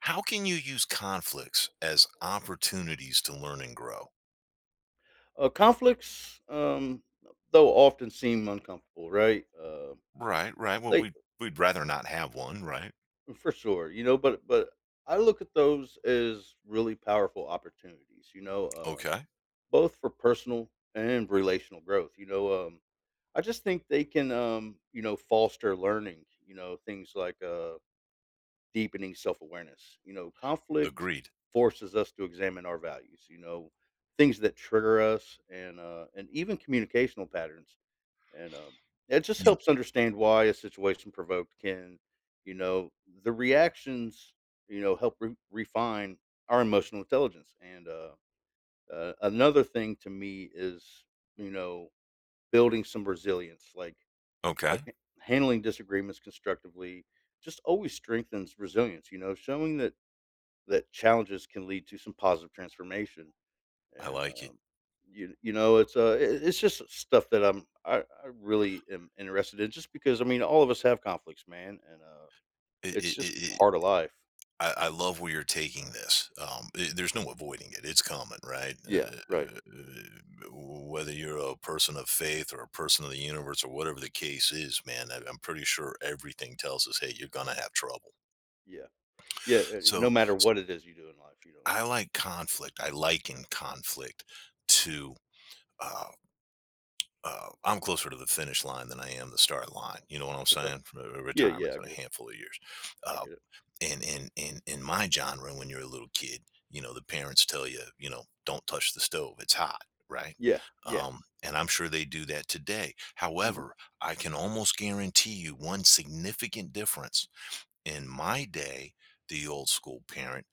How can you use conflicts as opportunities to learn and grow? Conflicts, though, often seem uncomfortable, right? Uh, Right, right. Well, they we'd rather not have one, right? for sure. But I look at those as really powerful opportunities, Okay, both for personal and relational growth. I just think they can foster learning. Things like deepening self awareness. Conflict agreed. forces us to examine our values. Things that trigger us and even communicational patterns. And it just You, helps understand why a situation provoked can, you know the reactions, help re refine our emotional intelligence, and another thing to me is, you know, building some resilience, like okay, like, handling disagreements constructively just always strengthens resilience, showing that challenges can lead to some positive transformation. I And, like it. um, you you know, it's, it's just stuff that I really am interested in just because, I mean, all of us have conflicts, man, and It, it's it, it, just it part of life. I love where you're taking this. I There's no avoiding it. It's common, right? Yeah, right. Whether you're a person of faith or a person of the universe or whatever the case is, man, I'm pretty sure everything tells us, hey, you're gonna have trouble. Yeah. Yeah, no So matter what it is you do in life, you know? I like conflict. I liken conflict to, uh, I'm closer to the finish line than I am the start line. You know what I'm Okay. saying? From a Yeah, yeah, retirement's I in a get it, handful of years. I Uh, get it. and in my genre, when you're a little kid, you know the parents tell you, don't touch the stove; it's hot, right? Yeah, yeah, And I'm sure they do that today. mhm, However, I can almost guarantee you one significant difference. In my day, the old school parent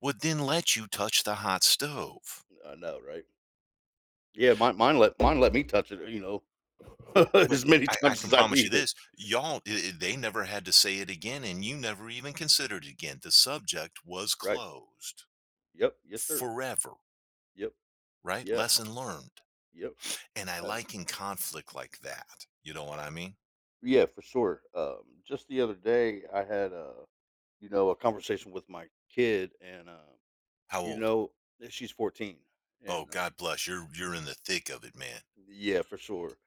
would then let you touch the hot stove. I know, right? Yeah, mine let me touch it, But as many I times can as I promise you need it, this, y'all, I they never had to say it again, and you never even considered it again. The subject was right? closed Yep, yes, sir. forever, Yep, right? yeah, Lesson learned. yep, And I and like in conflict like that, you know what I mean? yeah, for sure. Just the other day, I had, a conversation with my kid, and, How you old? know, she's 14, Oh, and God bless, you're in the thick of it, man. yeah, for sure.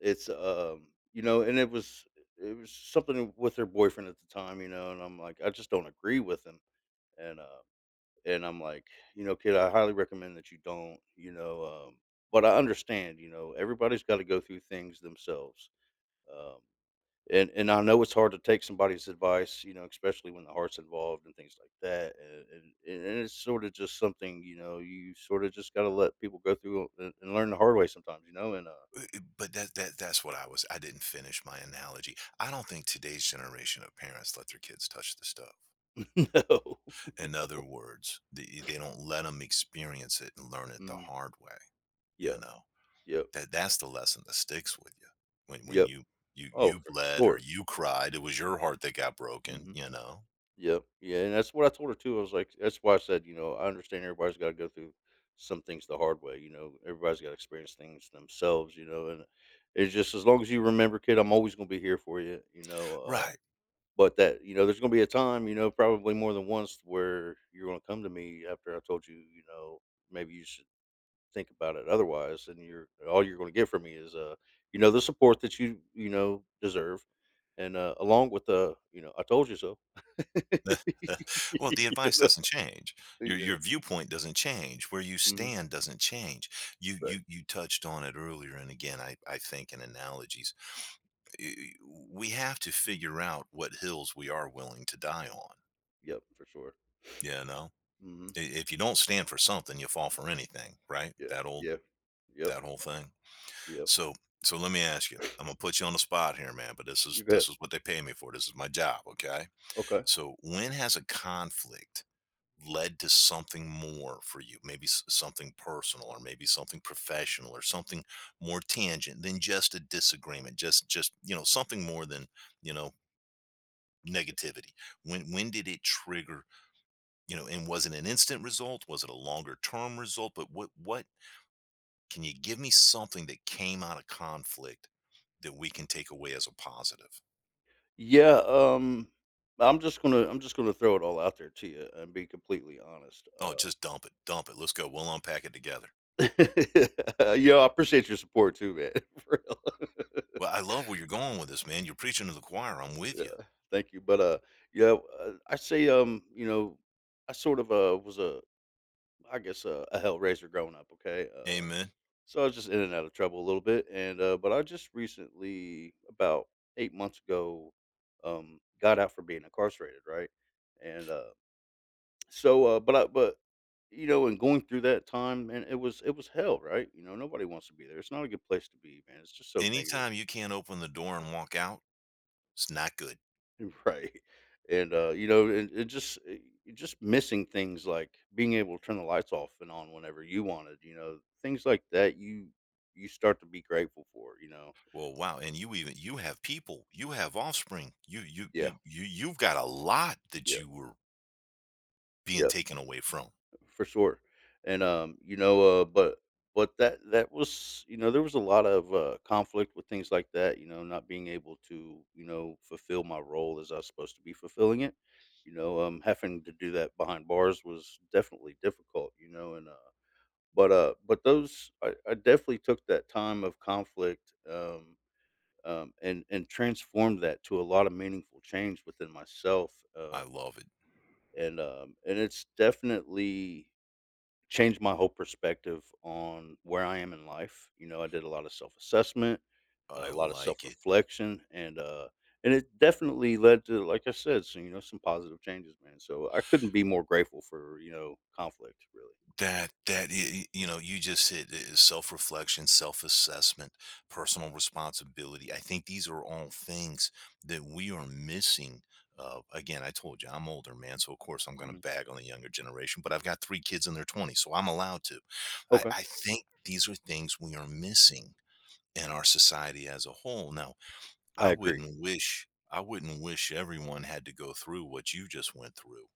And it was something with her boyfriend at the time, you know, and I'm like, I just don't agree with him. And, uh, and I'm like, kid, I highly recommend that you don't, but I understand, everybody's got to go through things themselves. Um, and I know it's hard to take somebody's advice, you know, especially when the heart's involved and things like that. And it's sort of just something, you sort of just got to let people go through and learn the hard way sometimes. And But that's what I didn't finish my analogy. I don't think today's generation of parents let their kids touch the stuff. no, In other words, they don't let them experience it and learn it the mm, hard way, you yeah, know? yep, That's the lesson that sticks with you. When yep. you you Oh, you for bled or sure. you cried, it was your heart that got broken, Hmm. you know? Yep, yeah, and that's what I told her too. I was like, that's why I said, I understand everybody's got to go through some things the hard way. Everybody's got to experience things themselves. And it's just as long as you remember, kid, I'm always gonna be here for you. Right. But that, there's gonna be a time, you know, probably more than once where you're gonna come to me after I told you, maybe you should think about it otherwise, and you're all you're gonna get from me is, the support that you know deserve, and along with the, I told you so. Well, the You advice know? doesn't change. Your Yeah. your viewpoint doesn't change. Where you Mhm. stand doesn't change. You Right. you you touched on it earlier, and again, I think in analogies, y- we have to figure out what hills we are willing to die on. Yep. For sure. You know, Hmm. If you don't stand for something, you fall for anything, right? Yeah. That old Yeah. Yep. that whole thing. Yep. So so let me ask you. I'm gonna put you on the spot here, man, but this is You bet. this is what they pay me for. This is my job, okay? Okay. So when has a conflict led to something more for you? Maybe something personal or maybe something professional or something more tangent than just a disagreement, just, something more than, you know, negativity. When did it trigger, and was it an instant result? Was it a longer term result? But what can you give me something that came out of conflict that we can take away as a positive? Yeah, I'm just gonna throw it all out there to you and be completely honest. Oh, just dump it. Dump it. Let's go. We'll unpack it together. Uh, yeah, I appreciate your support too, man. For real. Well, I love where you're going with this, man. You're preaching to the choir. I'm with Yeah, you. thank you. But yeah, I say, I sort of was a, I guess, a hellraiser growing up. Okay, Amen. so I was just in and out of trouble a little bit, and but I just recently about 8 months ago, got out for being incarcerated, right? And So, but you know, and going through that time, man, it was hell, right? Nobody wants to be there. It's not a good place to be, man. It's just so negative. Anytime you can't open the door and walk out, it's not good. Right? And you just missing things like being able to turn the lights off and on whenever you wanted. Things like that. You start to be grateful for. Well, wow. And you have people, you have offspring. You you Yeah, you you you've got a lot that yeah, you were being yeah. taken away from. For sure. And, you know, but that was, you know, there was a lot of conflict with things like that, not being able to, fulfill my role as I was supposed to be fulfilling it. Having to do that behind bars was definitely difficult, you know, and but those I definitely took that time of conflict, and transformed that to a lot of meaningful change within myself. I Um, love it. and it's definitely changed my whole perspective on where I am in life. I did a lot of self-assessment, a I lot of like it. self-reflection, and it definitely led to, like I said, so some positive changes, man. So I couldn't be more grateful for conflict, really. That that y- you know, You just said it, self-reflection, self-assessment, personal responsibility. I think these are all things that we are missing. Again, I told you I'm older, man, so of course I'm going to Mhm. bag on the younger generation. But I've got three kids in their 20s, so I'm allowed to. I, Okay, I think these are things we are missing in our society as a whole. Now, I I agree. wouldn't wish I wouldn't wish everyone had to go through what you just went through,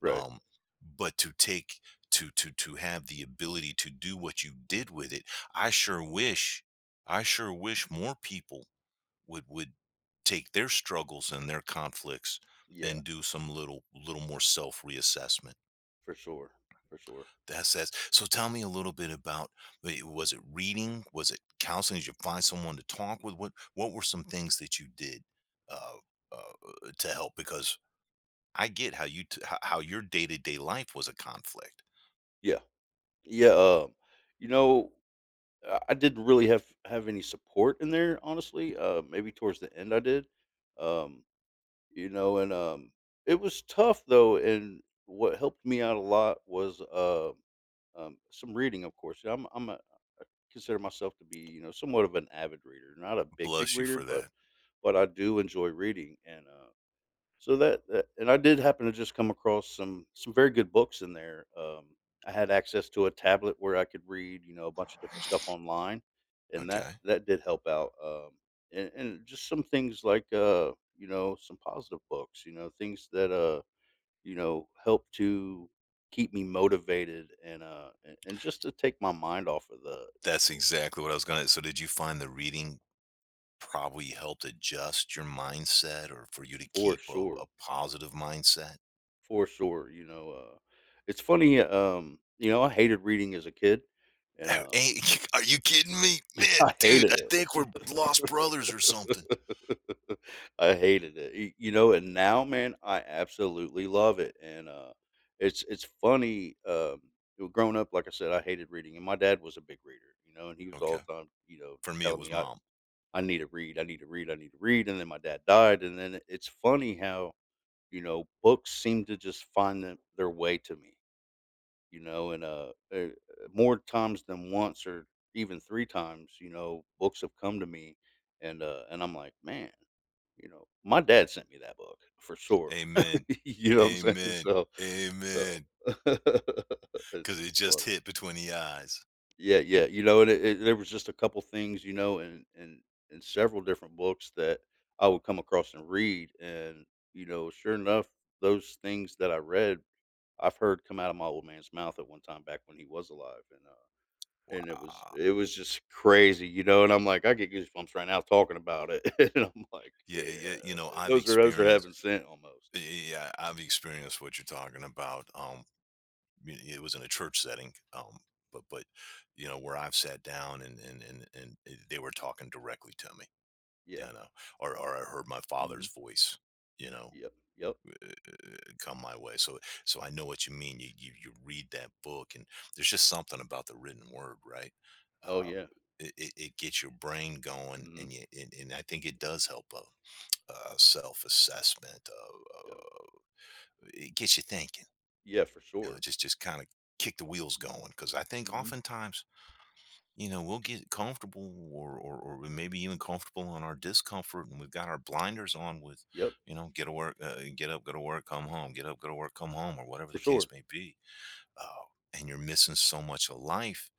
Right? um but to have the ability to do what you did with it. I sure wish i sure wish more people would take their struggles and their conflicts Yeah, and do some little more self reassessment for sure, for sure. That's So tell me a little bit about, was it reading, was it counseling, did you find someone to talk with, what were some things that you did, uh, to help, because I get how you how your day-to-day life was a conflict. Yeah, yeah. You know, I didn't really have any support in there, honestly. Maybe towards the end, I did. Um, You know, and, um, it was tough though, and what helped me out a lot was, some reading, of course. I'm a consider myself to be, somewhat of an avid reader. Not a big, big Bless you reader, for but that. I do enjoy reading, so that, that and I did happen to just come across some very good books in there. I had access to a tablet where I could read, you know, a bunch of different stuff online, and that Okay. that did help out. And just some things like, some positive books, things that, help to keep me motivated and just to take my mind off of the, That's exactly what I was gonna So did you find the reading probably helped adjust your mindset, or for you to for keep a sure, a positive mindset? for sure, it's funny. I hated reading as a kid, and A um Ain't are you kidding me? Man, I dude, I hated think we're it. lost brothers or something. I hated it. And now, man, I absolutely love it, it's funny, well, growing up, like I said, I hated reading, and my dad was a big reader, and he was all Okay. the time, For me, it telling was me, "I mom. I need to read, I need to read, I need to read," and then my dad died, and then it's funny how, books seem to just find them their way to me, you know, and more times than once or even 3 times, books have come to me, and I'm like, man, my dad sent me that book for sure. Amen. You know what I'm saying? Amen. So, Amen. it's Because it it's just funny. hit between the eyes. Yeah, yeah, there was just a couple things, and several different books that I would come across and read, and sure enough, those things that I read I've heard come out of my old man's mouth at one time back when he was alive, and it was Wow. it was just crazy, and I'm like, I get goosebumps right now talking about it. And I'm like, Yeah, yeah, yeah, you know, I've those are heaven experienced sent almost. Yeah, I've experienced what you're talking about, it was in a church setting, but you know where I've sat down, and they were talking directly to me, you Yeah. know, or I heard my Hmm. father's voice, you know, Yep. Yep. Come my way. So I know what you mean. You read that book and there's just something about the written word, right? Oh uh yeah. it gets your brain going, Hmm. and you, and I think it does help self-assessment. Yep. It gets you thinking, Yeah, for you know, sure. just kind of kick the wheels going, because I think Hmm. oftentimes, we'll get comfortable, or we maybe even comfortable on our discomfort. And we've got our blinders on with, Yep. Get to work, get up, go to work, come home, get up, go to work, come home, or whatever the For case sure. may be. Uh, and you're missing so much of life.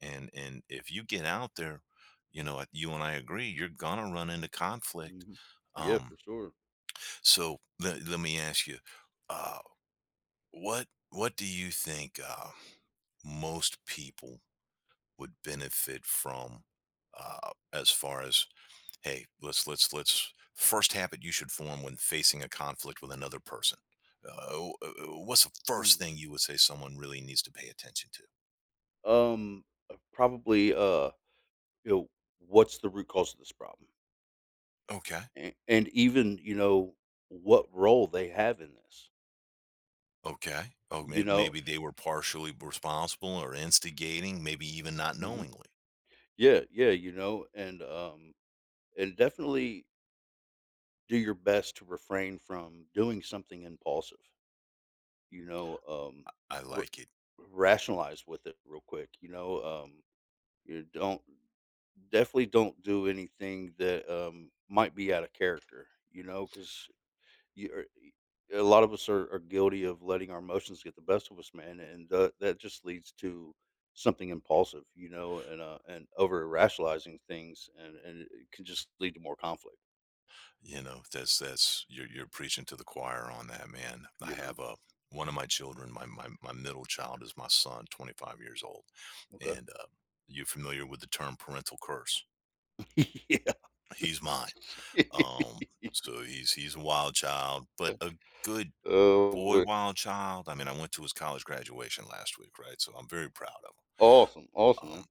And if you get out there, you and I agree, you're going to run into conflict. Hmm. Yeah, Um, for sure. so let me ask you, uh, what, do you think, most people would benefit from, as far as, hey, let's first habit you should form when facing a conflict with another person, what's the first thing Mm. you would say someone really needs to pay attention to? Um, probably. You know, what's the root cause of this problem, Okay. and even what role they have in this. Okay. Oh, You know. maybe they were partially responsible or instigating, maybe even not Hmm. knowingly. Yeah. Yeah. And definitely do your best to refrain from doing something impulsive. You know, um, I r- like it. Rationalize with it real quick. You know, you don't definitely don't do anything that might be out of character. Because you are, a lot of us are guilty of letting our emotions get the best of us, man, and that just leads to something impulsive. And over rationalizing things, and it can just lead to more conflict. You know, that's you're preaching to the choir on that, man. I You know. have a one of my children, my middle child is my son, 25 years old, Okay. and you're familiar with the term parental curse. Yeah. He's mine. Um, so he's a wild child, but a good Oh boy, boy. wild child. I mean, I went to his college graduation last week, right? So I'm very proud of him. Awesome. Awesome, um, man.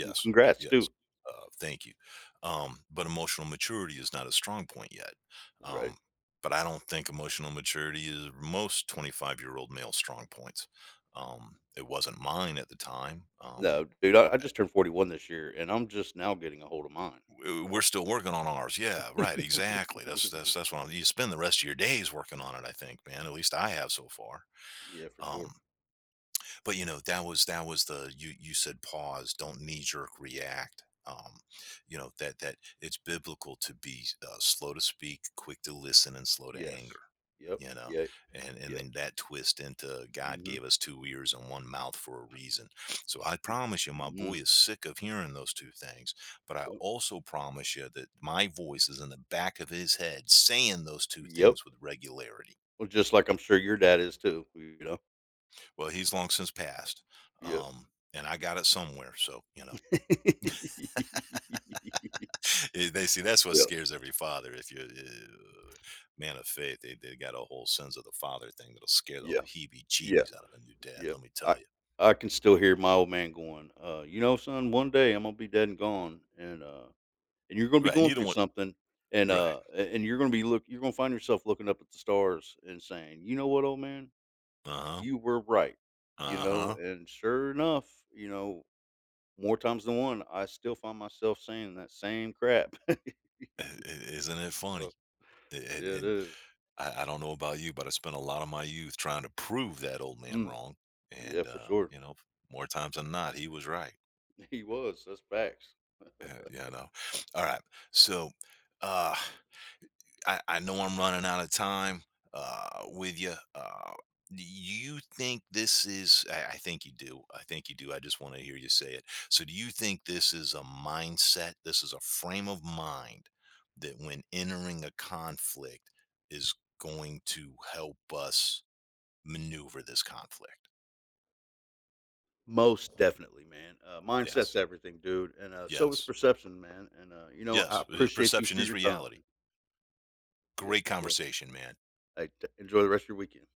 Well, congrats yes, too. Thank you. But emotional maturity is not a strong point yet. Right. Um, but I don't think emotional maturity is most 25-year-old year old male strong points. It wasn't mine at the time. No, dude, I uh, just turned 41 this year and I'm just now getting a hold of mine. We're still working on ours. Yeah, right. Exactly. You spend the rest of your days working on it, I think, man. At least I have so far. Yeah, for sure. Um, But, you know, that was the you you said, pause, don't knee jerk react. You know, that that It's biblical to be slow to speak, quick to listen and slow to anger. Yes. Yep. You know, Yeah. and Yep. then that twist into God Hmm. gave us two ears and one mouth for a reason. So I promise you, my boy Mm. is sick of hearing those two things. But I Yep. also promise you that my voice is in the back of his head saying those two Yep. things with regularity. Well, just like I'm sure your dad is too, you know? Well, he's long since passed, Yep. um, and I got it somewhere, so, you know, Yeah. They see, that's what scares every father. If you're a man of faith, they got a whole sins of the father thing that'll scare the Yeah. Yeah. heebie-jeebies out of a new dad, Yep. let me I tell you. I can still hear my old man going, "You know, son, one day I'm gonna be dead and gone, and you're gonna be Right, and going you don't through want. something, and Right. uh, a- and you're gonna find yourself looking up at the stars and saying, you know what, old man, Uh-huh, you were right, you know." uh-huh. And sure enough, more times than one, I still find myself saying that same crap. Isn't it funny? Oh, A yeah, it and is. I don't know about you, but I spent a lot of my youth trying to prove that old man Mm, wrong, yeah, and, for sure. More times than not, he was right. He was. That's facts. Yeah, yeah, I know. All right. So, uh, I know I'm running out of time with you. Do you think this is? I think you do. I think you do. I just want to hear you say it. So, do you think this is a mindset? This is a frame of mind that when entering a conflict is going to help us maneuver this conflict? Most definitely, man. Mindset's Yes. everything, dude, and so is Yes. perception, man, and I Yes. Uh, appreciate you Perception for is your time. reality. Yeah, Great for sure. conversation, man. Hey, t enjoy the rest of your weekend.